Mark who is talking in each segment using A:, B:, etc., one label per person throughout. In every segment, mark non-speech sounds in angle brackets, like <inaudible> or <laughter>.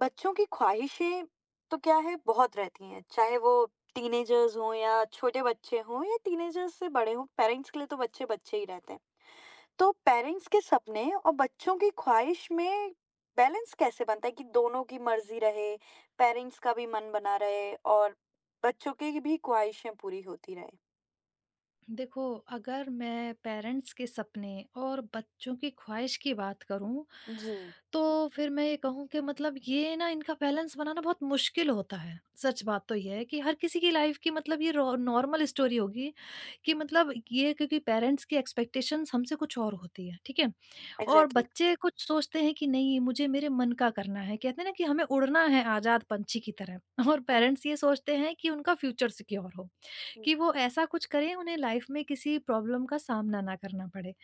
A: बच्चों की ख्वाहिशें तो क्या है, बहुत रहती हैं। चाहे वो टीनेजर्स हों या छोटे बच्चे हों या टीनेजर्स से बड़े हों, पेरेंट्स के लिए तो बच्चे बच्चे ही रहते हैं। तो पेरेंट्स के सपने और बच्चों की ख्वाहिश में बैलेंस कैसे बनता है कि दोनों की मर्जी रहे, पेरेंट्स का भी मन बना रहे और बच्चों की भी ख्वाहिशें पूरी होती रहे?
B: देखो अगर मैं पेरेंट्स के सपने और बच्चों की ख्वाहिश की बात करूं
A: जी।
B: तो फिर मैं ये कहूं कि मतलब ये ना इनका बैलेंस बनाना बहुत मुश्किल होता है। सच बात तो ये है कि हर किसी की लाइफ की मतलब ये नॉर्मल स्टोरी होगी कि मतलब ये क्योंकि पेरेंट्स की एक्सपेक्टेशंस हमसे कुछ और होती है, ठीक है। और
A: एग्जैक्टली। Exactly।
B: बच्चे कुछ सोचते हैं कि नहीं मुझे मेरे मन का करना है, कहते हैं ना कि हमें उड़ना है आजाद पंछी की तरह। और पेरेंट्स ये सोचते हैं कि उनका फ्यूचर सिक्योर हो, कि वो ऐसा कुछ करें उन्हें लाइफ में किसी प्रॉब्लम का सामना ना करना पड़े।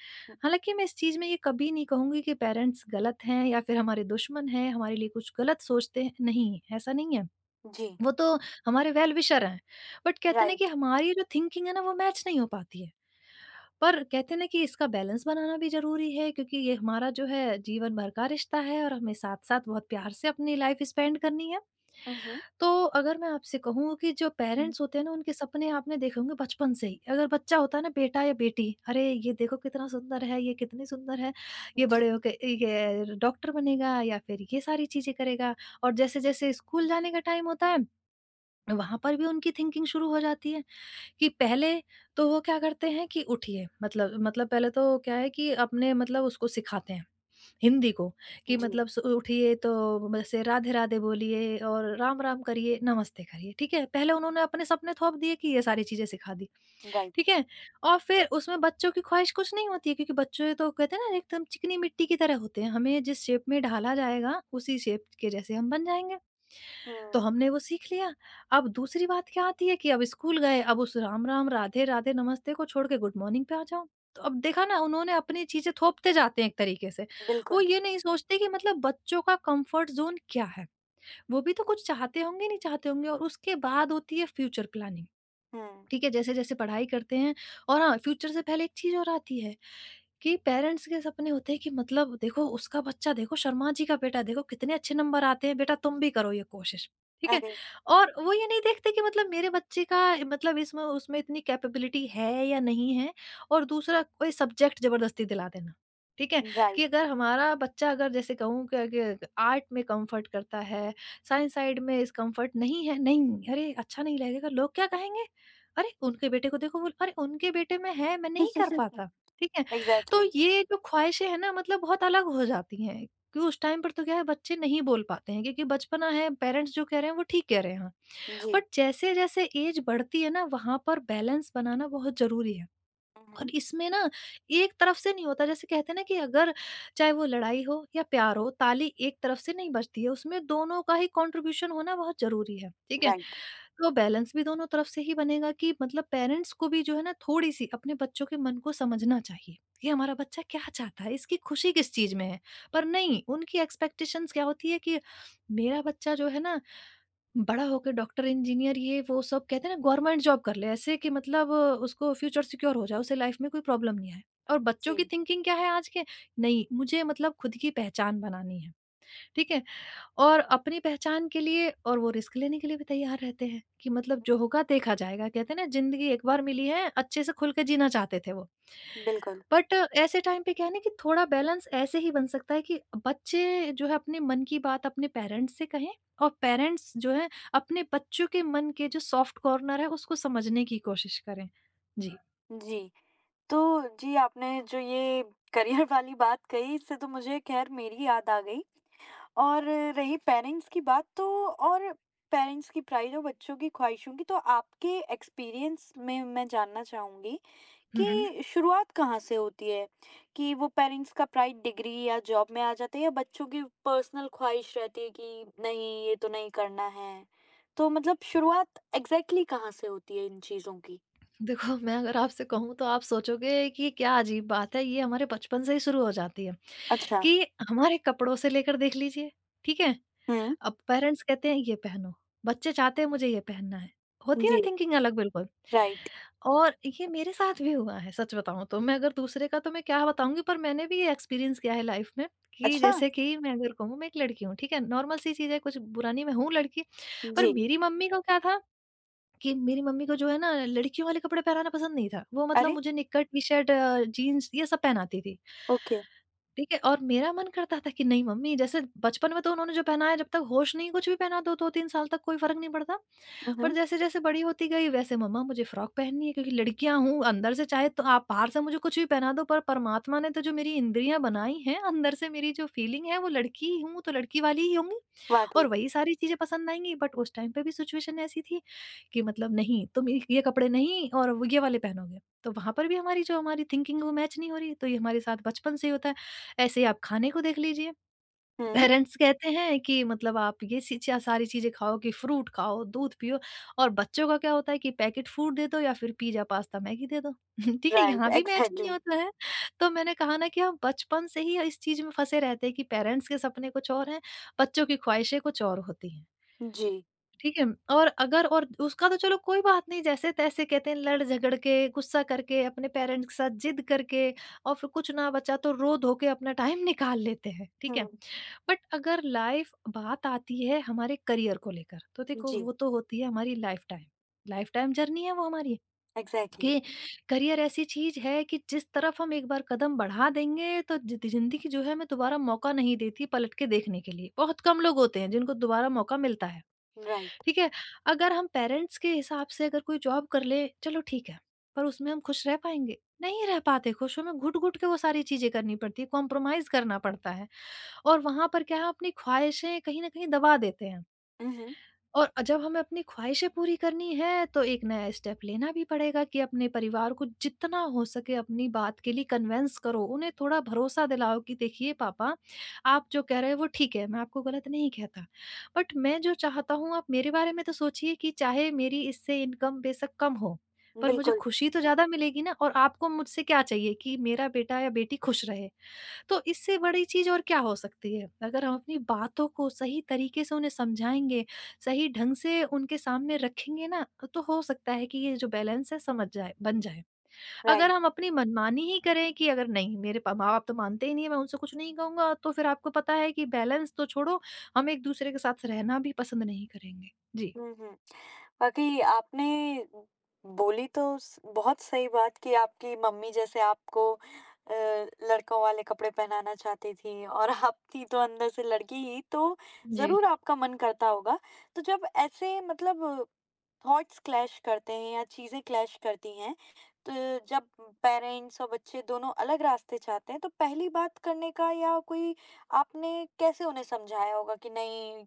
B: हालाँकि मैं इस चीज़ में ये कभी नहीं कहूँगी कि पेरेंट्स गलत हैं या फिर हमारे दुश्मन हैं, हमारे लिए कुछ गलत सोचते हैं, नहीं, ऐसा नहीं है।
A: जी।
B: वो तो हमारे वेल विशर हैं। बट कहते हैं ना कि
A: राइट।
B: हमारी जो थिंकिंग है ना वो मैच नहीं हो पाती है। पर कहते हैं ना कि इसका बैलेंस बनाना भी ज़रूरी है, क्योंकि ये हमारा जो है जीवन भर का रिश्ता है और हमें साथ-साथ बहुत प्यार से अपनी लाइफ स्पेंड करनी है।
A: हम्म,
B: तो अगर मैं आपसे कहूँ कि जो
A: हम्म।
B: पेरेंट्स होते हैं ना उनके सपने आपने देखे होंगे बचपन से ही। अगर बच्चा होता है ना बेटा या बेटी, अरे ये देखो कितना सुंदर है, ये कितनी सुंदर है, ये
A: जी,
B: बड़े होके ये डॉक्टर बनेगा या फिर ये सारी चीज़ें करेगा। और जैसे-जैसे स्कूल जाने का टाइम होता है, वहाँ पर भी उनकी थिंकिंग शुरू हो जाती है। कि पहले तो वो क्या करते हैं कि उठिए, मतलब पहले तो क्या है कि अपने मतलब उसको सिखाते हैं हिंदी को, कि
A: जी।
B: मतलब उठिए तो जैसे राधे राधे बोलिए और राम राम करिए नमस्ते करिए। ठीक है, पहले उन्होंने अपने सपने थोप दिए कि ये सारी चीजें सिखा दी,
A: राइट।
B: ठीक है? और फिर उसमें बच्चों की ख़्वाहिश कुछ नहीं होती है, क्योंकि बच्चे तो कहते हैं ना एकदम चिकनी मिट्टी की तरह होते हैं। हमें जिस शेप में ढाला जाएगा, उसी शेप के जैसे हम बन जाएँगे। तो
A: हम्म।
B: हमने वो सीख लिया। अब दूसरी बात क्या आती है कि अब स्कूल गए, अब उस राम-राम, राधे-राधे, नमस्ते को छोड़ के गुड मॉर्निंग पे आ जाओ। तो अब देखा ना, उन्होंने अपनी चीज़ें थोपते जाते हैं एक तरीके से। वो
A: बिल्कुल।
B: ये नहीं सोचते कि मतलब बच्चों का कम्फ़र्ट ज़ोन क्या है? वो भी तो कुछ चाहते होंगे, नहीं चाहते होंगे। और उसके बाद होती है फ्यूचर प्लानिंग।
A: हम्म।
B: ठीक है, जैसे-जैसे पढ़ाई करते हैं, और हाँ, फ्यूचर से पहले एक चीज़ और आती है कि पेरेंट्स के सपने होते हैं कि मतलब देखो उसका बच्चा, देखो शर्मा जी का बेटा देखो कितने अच्छे नंबर आते हैं, बेटा तुम भी करो ये कोशिश, ठीक है।
A: अरे।
B: और वो ये नहीं देखते कि मतलब मेरे बच्चे का, मतलब इसमें उसमें इतनी कैपेबिलिटी है या नहीं है। और दूसरा कोई सब्जेक्ट जबरदस्ती दिला देना, ठीक है, कि
A: राइट।
B: अगर हमारा बच्चा अगर जैसे कहूँ कि आर्ट में कंफर्ट करता है, साइंस साइड में इस कंफर्ट नहीं है, नहीं अरे अच्छा नहीं लगेगा लोग क्या कहेंगे, अरे उनके बेटे को देखो अरे उनके बेटे में है, मैं नहीं
A: <laughs>
B: कर पाता, ठीक है। तो
A: एग्ज़ैक्टली।
B: ये जो ख्वाहिशें हैं ना मतलब बहुत अलग हो जाती हैं कि उस टाइम पर तो क्या है बच्चे नहीं बोल पाते हैं क्योंकि बचपना है, पेरेंट्स जो कह रहे हैं वो ठीक कह रहे हैं, हाँ।
A: जी।
B: बट जैसे जैसे एज बढ़ती है ना वहां पर बैलेंस बनाना बहुत जरूरी है।
A: हुँ, हुँ।
B: और इसमें ना एक तरफ से नहीं होता, जैसे कहते हैं ना कि अगर चाहे वो लड़ाई हो या प्यार हो, ताली एक तरफ से नहीं बजती है, उसमें दोनों का ही कंट्रीब्यूशन होना बहुत जरूरी है, ठीक है।
A: राइट।
B: तो बैलेंस भी दोनों तरफ से ही बनेगा, कि मतलब पेरेंट्स को भी जो है ना थोड़ी सी अपने बच्चों के मन को समझना चाहिए कि हमारा बच्चा क्या चाहता है, इसकी खुशी किस चीज में है। पर
A: हुँ,
B: नहीं, उनकी एक्सपेक्टेशंस क्या होती है कि मेरा बच्चा जो है ना बड़ा होके डॉक्टर, इंजीनियर, ये वो सब कहते हैं ना गवर्नमेंट जॉब कर ले ऐसे कि मतलब उसको फ्यूचर सिक्योर हो जाए, उसे लाइफ में कोई प्रॉब्लम नहीं आए। और बच्चों की
A: जी,
B: थिंकिंग क्या है आज के? नहीं, मुझे मतलब खुद की पहचान बनानी है, ठीक है? और अपनी पहचान के लिए और वो रिस्क लेने के लिए भी तैयार रहते हैं कि मतलब जो होगा देखा जाएगा, कहते हैं ना जिंदगी एक बार मिली है अच्छे से खुल के जीना चाहते थे वो।
A: बिल्कुल।
B: बट ऐसे टाइम पे क्या है ना कि थोड़ा बैलेंस ऐसे ही बन सकता है कि बच्चे जो है अपने मन की बात अपने पेरेंट्स से कहें, और पेरेंट्स जो है अपने बच्चों के मन के जो सॉफ्ट कॉर्नर है उसको समझने की कोशिश करें। जी।
A: जी। तो जी, आपने जो ये करियर <laughs> वाली बात कही, इससे तो मुझे ख़ैर, मेरी याद आ गई। और रही पेरेंट्स की बात, तो और पेरेंट्स की प्राइड और बच्चों की ख़्वाहिशों की, तो आपके एक्सपीरियंस में मैं जानना चाहूँगी। हुँ।
B: हम्म हम्म।
A: कि शुरुआत कहाँ से होती है? कि वो पेरेंट्स का प्राइड डिग्री या जॉब में आ जाता है, या बच्चों की पर्सनल ख़्वाहिश रहती है कि नहीं, ये तो नहीं करना है। तो मतलब शुरुआत एग्ज़ैक्टली कहाँ से होती है इन चीज़ों की?
B: देखो, मैं अगर आपसे कहूँ तो आप सोचोगे कि क्या अजीब बात है, ये हमारे बचपन से ही शुरू हो जाती है
A: अच्छा।
B: कि हमारे कपड़ों से लेकर देख लीजिए, ठीक है?
A: हुँ।
B: अब पेरेंट्स कहते हैं ये पहनो, बच्चे चाहते हैं मुझे ये पहनना है, होती है ना
A: जी।
B: थिंकिंग अलग बिल्कुल।
A: राइट।
B: और ये मेरे साथ भी हुआ है, सच बताऊँ तो, मैं अगर दूसरे का तो मैं क्या बताऊँगी, पर मैंने भी ये एक्सपीरियंस किया है लाइफ में। कि
A: अच्छा!
B: जैसे कि मैं अगर कहूँ मैं एक लड़की हूँ, ठीक है? नॉर्मल सी चीज़ है, कुछ बुरा नहीं, मैं हूँ लड़की, पर
A: जी।
B: मेरी मम्मी को क्या था कि मेरी मम्मी को जो है ना लड़कियों वाले कपड़े पहनाना पसंद नहीं था। वो मतलब
A: अरे!
B: मुझे निक्कर, टी-शर्ट, जीन्स ये सब पहनाती थी।
A: ओके।
B: ठीक है, और मेरा मन करता था कि नहीं मम्मी, जैसे बचपन में तो उन्होंने जो पहनाया, जब तक होश नहीं कुछ भी पहना दो, 2-3 साल तक कोई फ़र्क नहीं पड़ता।
A: हुँ,
B: पर
A: हुँ।
B: जैसे-जैसे बड़ी होती गई वैसे मम्मा मुझे फ्रॉक पहननी है, क्योंकि लड़कियाँ हूँ अंदर से, चाहे तो आप बाहर से मुझे कुछ भी पहना दो, पर परमात्मा ने तो जो मेरी इंद्रियाँ बनाई हैं, अंदर से मेरी जो फीलिंग है वो लड़की हूँ तो लड़की वाली ही होंगी।
A: वाक़ई।
B: और वही सारी चीज़ें पसंद आएँगी। बट उस टाइम पे भी सिचुएशन ऐसी थी कि मतलब नहीं तुम ये कपड़े नहीं और वो ये वाले पहनोगे। तो वहाँ पर भी हमारी जो हमारी थिंकिंग वो मैच नहीं हो रही, तो ये हमारे साथ बचपन से ही होता है। ऐसे ही आप खाने को देख लीजिए।
A: हुँ।
B: पेरेंट्स कहते हैं कि मतलब आप ये सी चा सारी चीज़ें खाओ, कि फ्रूट खाओ, दूध पियो, और बच्चों का क्या होता है कि पैकेट फूड दे दो या फिर पिज़्ज़ा, पास्ता, मैगी दे दो। <laughs> ठीक है,
A: राइट,
B: यहाँ भी मैच नहीं
A: एग्ज़ैक्टली।
B: होता है। तो मैंने कहा ना कि हम बचपन से ही इस चीज़ में फँसे रहते हैं कि पेरेंट्स के सपने कुछ और हैं, बच्चों की ख्वाहिशें कुछ और होती हैं।
A: जी।
B: ठीक है, और अगर, और उसका तो चलो कोई बात नहीं, जैसे-तैसे कहते हैं लड़ झगड़ के, गुस्सा करके, अपने पेरेंट्स के साथ ज़िद करके, और फिर कुछ ना बचा तो रो-धो के अपना टाइम निकाल लेते हैं, ठीक है।
A: हुँ।
B: बट अगर लाइफ़ बात आती है हमारे करियर को लेकर, तो देखो
A: जी।
B: वो तो होती है हमारी लाइफ़ टाइम जर्नी है वो हमारी,
A: एग्ज़ैक्टली,
B: कि करियर ऐसी चीज़ है कि जिस तरफ हम एक बार कदम बढ़ा देंगे तो ज़िद ज़िंदगी जो है हमें दोबारा मौका नहीं देती पलट के देखने के लिए। बहुत कम लोग होते हैं जिनको दोबारा मौका मिलता है।
A: राइट।
B: ठीक है? अगर हम पेरेंट्स के हिसाब से अगर कोई जॉब कर ले, चलो ठीक है, पर उसमें हम खुश रह पाएँगे? नहीं रह पाते खुश, हमें घुट-घुट के वो सारी चीज़ें करनी पड़ती है, कॉम्प्रोमाइज़ करना पड़ता है, और वहाँ पर क्या है अपनी ख्वाहिशें कहीं न कहीं दबा देते हैं।
A: हुँ, हुँ।
B: और जब हमें अपनी ख्वाहिशें पूरी करनी है तो एक नया स्टेप लेना भी पड़ेगा कि अपने परिवार को जितना हो सके अपनी बात के लिए कन्विंस करो, उन्हें थोड़ा भरोसा दिलाओ कि देखिए पापा, आप जो कह रहे हो वो ठीक है, मैं आपको गलत नहीं कहता। बट मैं जो चाहता हूँ आप मेरे बारे में तो सोचिए कि चाहे मेरी इससे इनकम बेशक कम हो, पर मुझे
A: बिल्कुल,
B: खुशी तो ज़्यादा मिलेगी ना, और आपको मुझसे क्या चाहिए कि मेरा बेटा या बेटी खुश रहे। तो इससे बड़ी चीज़ और क्या हो सकती है? अगर हम अपनी बातों को सही तरीके से उन्हें समझाएँगे, सही ढंग से उनके सामने रखेंगे ना, तो हो सकता है कि ये जो बैलेंस है समझ जाए, बन जाए। अगर
A: राइट।
B: हम अपनी मनमानी ही करें कि अगर नहीं मेरे प माँ-बाप तो मानते ही नहीं है, मैं उनसे कुछ नहीं कहूँगा, तो फिर आपको पता है कि बैलेंस तो छोड़ो, हम एक-दूसरे के साथ रहना भी पसंद नहीं करेंगे। जी।
A: हुँ, हुँ। वाक़ई आपने बोली तो स बहुत सही बात कि आपकी मम्मी जैसे आपको लड़कों वाले कपड़े पहनाना चाहती थी, और <laughs> आप थी तो अंदर से लड़की ही, तो
B: जी।
A: ज़रूर आपका मन करता होगा। तो जब ऐसे मतलब थॉट्स क्लैश करते हैं या चीज़ें क्लैश करती हैं, तो जब पेरेंट्स और बच्चे दोनों अलग रास्ते चाहते हैं, तो पहली बात करने का या कोई आपने कैसे उन्हें समझाया होगा कि नहीं,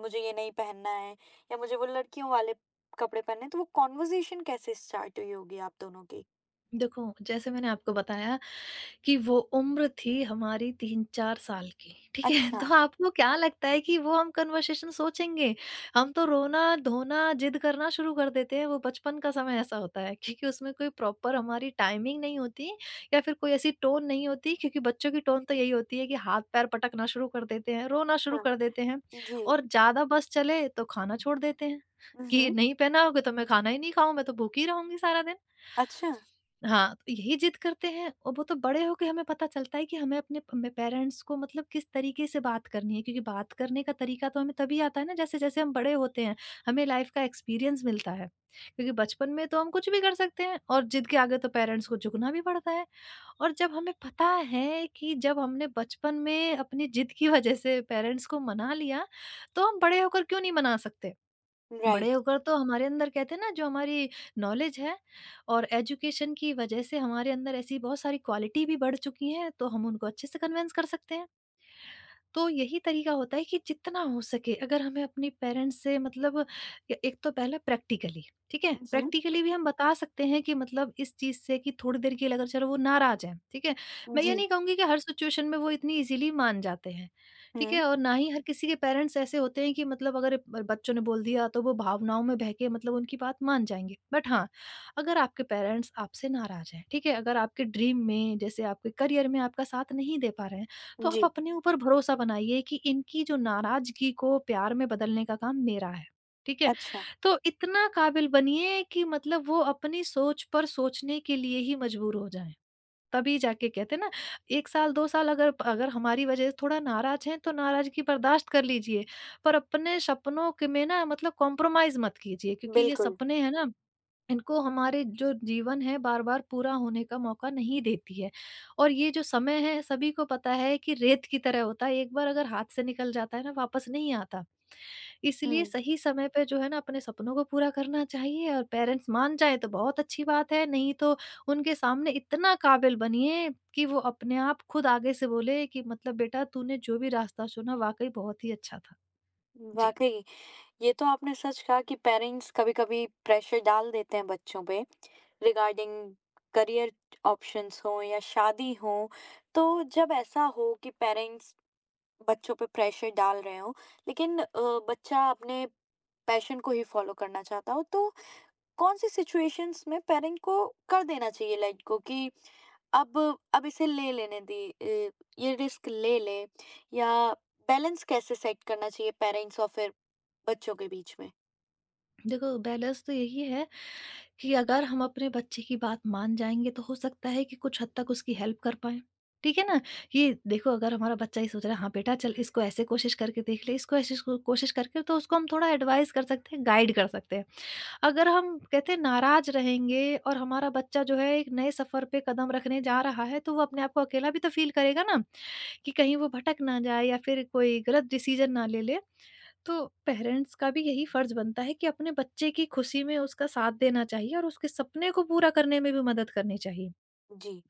A: मुझे ये नहीं पहनना है, या मुझे वो लड़कियों वाले कपड़े पहनने हैं, तो वो कॉन्वर्सेशन कैसे स्टार्ट हुई होगी आप दोनों की?
B: देखो, जैसे मैंने आपको बताया कि वो उम्र थी हमारी 3-4 साल की, ठीक है?
A: अच्छा।
B: तो आपको क्या लगता है कि वो हम कन्वर्सेशन सोचेंगे? हम तो रोना-धोना, ज़िद करना शुरू कर देते हैं, वो बचपन का समय ऐसा होता है क्योंकि उसमें कोई प्रॉपर हमारी टाइमिंग नहीं होती या फिर कोई ऐसी टोन नहीं होती क्योंकि बच्चों की टोन तो यही होती है कि हाथ-पैर पटकना शुरू कर देते हैं, रोना
A: अच्छा,
B: शुरू
A: हाँ,
B: कर देते हैं
A: जी।
B: और ज़्यादा बस चले तो खाना छोड़ देते हैं
A: उहुँ।
B: कि नहीं पहना होगा तो मैं खाना ही नहीं खाऊँ, मैं तो भूखी रहूँगी सारा दिन।
A: अच्छा,
B: हाँ, तो यही जिद करते हैं और वो तो बड़े होके हमें पता चलता है कि हमें अपने प में पेरेंट्स को मतलब किस तरीके से बात करनी है, क्योंकि बात करने का तरीका तो हमें तभी आता है ना जैसे-जैसे हम बड़े होते हैं, हमें लाइफ़ का एक्सपीरियंस मिलता है। क्योंकि बचपन में तो हम कुछ भी कर सकते हैं और जिद के आगे तो पेरेंट्स को झुकना भी पड़ता है और जब हमें पता है कि जब हमने बचपन में अपनी जिद की वजह से पेरेंट्स को मना लिया, तो हम बड़े होकर क्यों नहीं मना सकते?
A: राइट।
B: बड़े होकर तो हमारे अंदर कहते हैं ना जो हमारी नॉलेज है और एजुकेशन की वजह से हमारे अंदर ऐसी बहुत सारी क्वालिटी भी बढ़ चुकी हैं, तो हम उनको अच्छे से कन्विंस कर सकते हैं। तो यही तरीका होता है कि जितना हो सके अगर हमें अपने पेरेंट्स से मतलब एक तो पहला प्रैक्टिकली, ठीक है,
A: उहुँ,
B: प्रैक्टिकली भी हम बता सकते हैं कि मतलब इस चीज से, कि थोड़ी देर के लिए अगर चलो वो नाराज है, ठीक है। मैं ये
A: जी।
B: नहीं कहूंगी कि हर सिचुएशन में वो इतनी इजीली मान जाते हैं, ठीक
A: हुँ,
B: है, और ना ही हर किसी के पेरेंट्स ऐसे होते हैं कि मतलब अगर बच्चों ने बोल दिया तो वो भावनाओं में बहके मतलब उनकी बात मान जाएंगे। बट हाँ, अगर आपके पेरेंट्स आपसे नाराज हैं, ठीक है, अगर आपके ड्रीम में जैसे आपके करियर में आपका साथ नहीं दे पा रहे हैं, तो आप
A: जी,
B: अपने ऊपर भरोसा बनाइए कि इनकी जो नाराज़गी को प्यार में बदलने का काम मेरा है। ठीक है?
A: अच्छा,
B: तो इतना काबिल बनिए कि मतलब वो अपनी सोच पर सोचने के लिए ही मजबूर हो जाएँ। तभी जाके कहते हैं ना, 1 साल 2 साल अगर अगर हमारी वज़ह से थोड़ा नाराज़ हैं तो नाराज़गी बर्दाश्त कर लीजिए। पर अपने सपनों के में ना मतलब कॉम्प्रोमाइज़ मत कीजिए, क्योंकि ये
A: बिल्कुल।
B: सपने हैं ना, इनको हमारे जो जीवन है बार-बार पूरा होने का मौका नहीं देती है। और ये जो समय है सभी को पता है कि रेत की तरह होता है, एक बार अगर हाथ से निकल जाता है ना वापस नहीं आता।
A: हुँ।
B: इसलिए सही समय पे जो है ना अपने सपनों को पूरा करना चाहिए, और पेरेंट्स मान जाएँ तो बहुत अच्छी बात है, नहीं तो उनके सामने इतना काबिल बनिए कि वो अपने आप खुद आगे से बोले कि मतलब बेटा तूने जो भी रास्ता चुना वाक़ई बहुत ही अच्छा था। जी।
A: वाक़ई ये तो आपने सच कहा कि पेरेंट्स कभी-कभी प्रेशर डाल देते हैं बच्चों पे, रिगार्डिंग करियर ऑप्शंस हों या शादी हो। तो जब ऐसा हो कि पेरेंट्स बच्चों पे प्रेशर डाल रहे हो, लेकिन बच्चा अपने पैशन को ही फॉलो करना चाहता हो, तो कौन-सी सिचुएशंस में पेरेंट को कर देना चाहिए लाइट को, कि अब अब इसे ले लेने दे, अ, ये रिस्क ले ले, या बैलेंस कैसे सेट करना चाहिए पेरेंट्स और फिर बच्चों के बीच में?
B: देखो, बैलेंस तो यही है कि अगर हम अपने बच्चे की बात मान जाएँगे तो हो सकता है कि कुछ हद तक उसकी हेल्प कर पाएँ। ठीक है ना? ये देखो, अगर हमारा बच्चा ये सोच रहा है, हाँ बेटा चल इसको ऐसे कोशिश करके देख ले, इसको ऐसे को कोशिश करके, तो उसको हम थोड़ा एडवाइस कर सकते हैं, गाइड कर सकते हैं। अगर हम कहते हैं नाराज़ रहेंगे और हमारा बच्चा जो है एक नए सफ़र पे कदम रखने जा रहा है, तो वो अपने आप को अकेला भी तो फ़ील करेगा ना, कि कहीं वो भटक ना जाए या फिर कोई गलत डिसीज़न ना ले ले। तो पेरेंट्स का भी यही फर्ज बनता है कि अपने बच्चे की खुशी में उसका साथ देना चाहिए और उसके सपने को पूरा करने में भी मदद करनी चाहिए।
A: जी।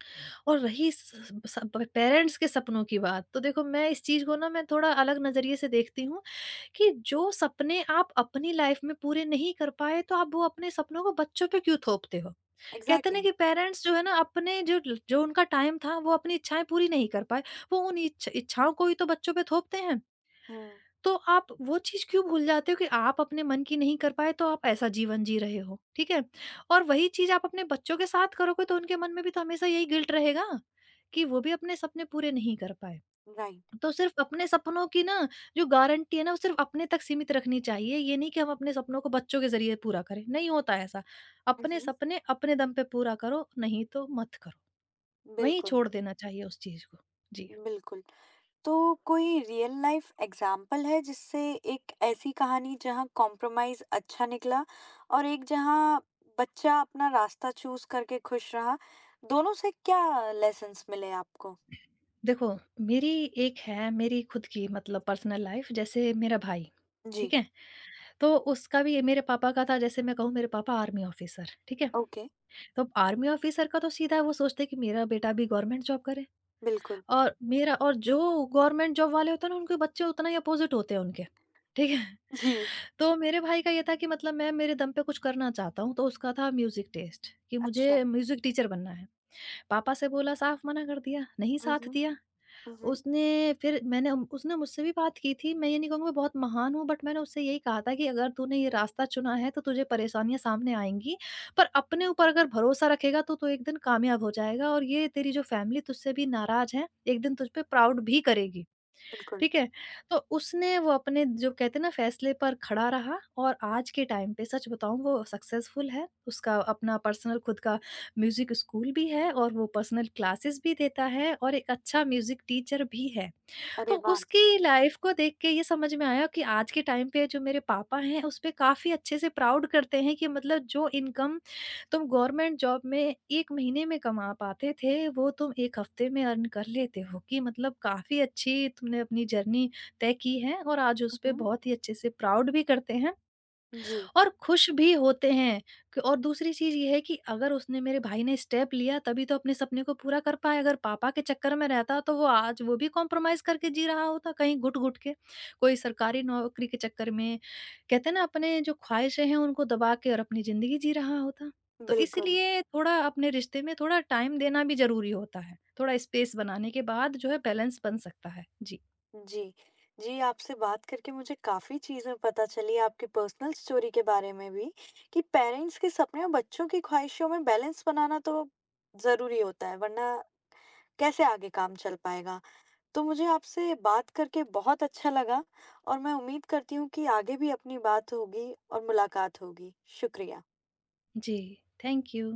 B: और रही स स पेरेंट्स के सपनों की बात, तो देखो मैं इस चीज़ को ना मैं थोड़ा अलग नज़रिए से देखती हूँ कि जो सपने आप अपनी लाइफ़ में पूरे नहीं कर पाए, तो आप वो अपने सपनों को बच्चों पे क्यों थोपते हो? कहते हैं ना
A: एग्ज़ैक्टली।
B: कि पेरेंट्स जो है ना अपने जो उनका टाइम था, वो अपनी इच्छाएँ पूरी नहीं कर पाए, वो उन इच्छाओं को ही तो बच्चों पे थोपते हैं।
A: हुँ,
B: तो आप वो चीज़ क्यों भूल जाते हो कि आप अपने मन की नहीं कर पाए, तो आप ऐसा जीवन जी रहे हो, ठीक है? और वही चीज़ आप अपने बच्चों के साथ करोगे, तो उनके मन में भी तो हमेशा यही गिल्ट रहेगा कि वो भी अपने सपने पूरे नहीं कर पाए।
A: राइट।
B: तो सिर्फ़ अपने सपनों की ना जो गारंटी है ना, वो सिर्फ़ अपने तक सीमित रखनी चाहिए। ये नहीं कि हम अपने सपनों को बच्चों के ज़रिए पूरा करें, नहीं होता है ऐसा।
A: हुँ,
B: अपने
A: हुँ।
B: सपने अपने दम पे पूरा करो, नहीं तो मत करो। वहीं
A: बिल्कुल,
B: छोड़ देना चाहिए उस चीज़ को। जी।
A: बिल्कुल। तो कोई रियल लाइफ एग्जाम्पल है जिससे, एक ऐसी कहानी जहाँ कॉम्प्रोमाइज अच्छा निकला और एक जहाँ बच्चा अपना रास्ता चूज करके खुश रहा, दोनों से क्या लेसन्स मिले आपको?
B: देखो, मेरी एक है मेरी खुद की मतलब पर्सनल लाइफ़, जैसे मेरा भाई,
A: जी,
B: ठीक है? तो उसका भी मेरे पापा का था, जैसे मैं कहूँ मेरे पापा आर्मी ऑफ़िसर, ठीक है?
A: ओके,
B: तो आर्मी ऑफ़िसर का तो सीधा वो सोचते हैं कि मेरा बेटा भी गवर्नमेंट जॉब करे,
A: बिल्कुल।
B: और मेरा और जो गवर्नमेंट जॉब वाले होते हैं ना उनके बच्चे उतना ही अपोज़िट होते हैं उनके, ठीक है?
A: जी,
B: <laughs> तो मेरे भाई का ये था कि मतलब मैं मेरे दम पे कुछ करना चाहता हूँ, तो उसका था म्यूज़िक टेस्ट कि
A: अच्छा।
B: मुझे म्यूज़िक टीचर बनना है। पापा से बोला, साफ़ मना कर दिया, नहीं
A: हुँ,
B: साथ
A: हुँ।
B: दिया।
A: हुँ, हुँ,
B: उसने फिर मैंने उसने मुझसे भी बात की थी, मैं ये नहीं कहूँगी मैं बहुत महान हूँ, बट मैंने उससे यही कहा था कि अगर तूने ये रास्ता चुना है तो तुझे परेशानियाँ सामने आएँगी, पर अपने ऊपर अगर भरोसा रखेगा तो तू एक दिन कामयाब हो जाएगा, और ये तेरी जो फैमिली तुझसे भी नाराज़ है, एक दिन तुझ पे प्राउड भी करेगी।
A: बिल्कुल।
B: ठीक है? तो उसने वो अपने जो कहते हैं ना फैसले पर खड़ा रहा, और आज के टाइम पे सच बताऊँ, वो सक्सेसफुल है। उसका अपना पर्सनल खुद का म्यूज़िक स्कूल भी है और वो पर्सनल क्लासेस भी देता है और एक अच्छा म्यूज़िक टीचर भी है। तो
A: अरे वाह! हुँ,
B: उसकी लाइफ को देख के ये समझ में आया कि आज के टाइम पे जो मेरे पापा हैं उस पे काफ़ी अच्छे से प्राउड करते हैं कि मतलब जो इनकम तुम गवर्नमेंट जॉब में 1 महीने में कमा पाते थे, वो तुम 1 हफ्ते में अर्न कर लेते हो, कि मतलब काफ़ी अच्छी तुमने अपनी जर्नी तय की है, और आज उस पे
A: हुँ।
B: बहुत ही अच्छे से प्राउड भी करते हैं।
A: जी,
B: और खुश भी होते हैं। क और दूसरी चीज़ ये है कि अगर उसने, मेरे भाई ने स्टेप लिया, तभी तो अपने सपने को पूरा कर पाया। अगर पापा के चक्कर में रहता तो वो आज वो भी कॉम्प्रोमाइज़ करके जी रहा होता कहीं घुट-घुट के। कोई सरकारी नौकरी के चक्कर में, कहते हैं ना अपने जो ख्वाहिशें हैं उनको दबा के और अपनी ज़िंदगी जी रहा होता। तो
A: बिल्कुल।
B: इसलिए थोड़ा अपने रिश्ते में थोड़ा टाइम देना भी ज़रूरी होता है। थोड़ा स्पेस बनाने के बाद जो है बैलेंस बन सकता है। जी।
A: जी, जी, आपसे बात करके मुझे काफ़ी चीज़ें पता चली, आपकी पर्सनल स्टोरी के बारे में भी, कि पेरेंट्स के सपने और बच्चों की ख्वाहिशों में बैलेंस बनाना तो ज़रूरी होता है, वरना कैसे आगे काम चल पाएगा। तो मुझे आपसे बात करके बहुत अच्छा लगा और मैं उम्मीद करती हूँ कि आगे भी अपनी बात होगी और मुलाकात होगी। शुक्रिया।
B: जी, थैंक यू।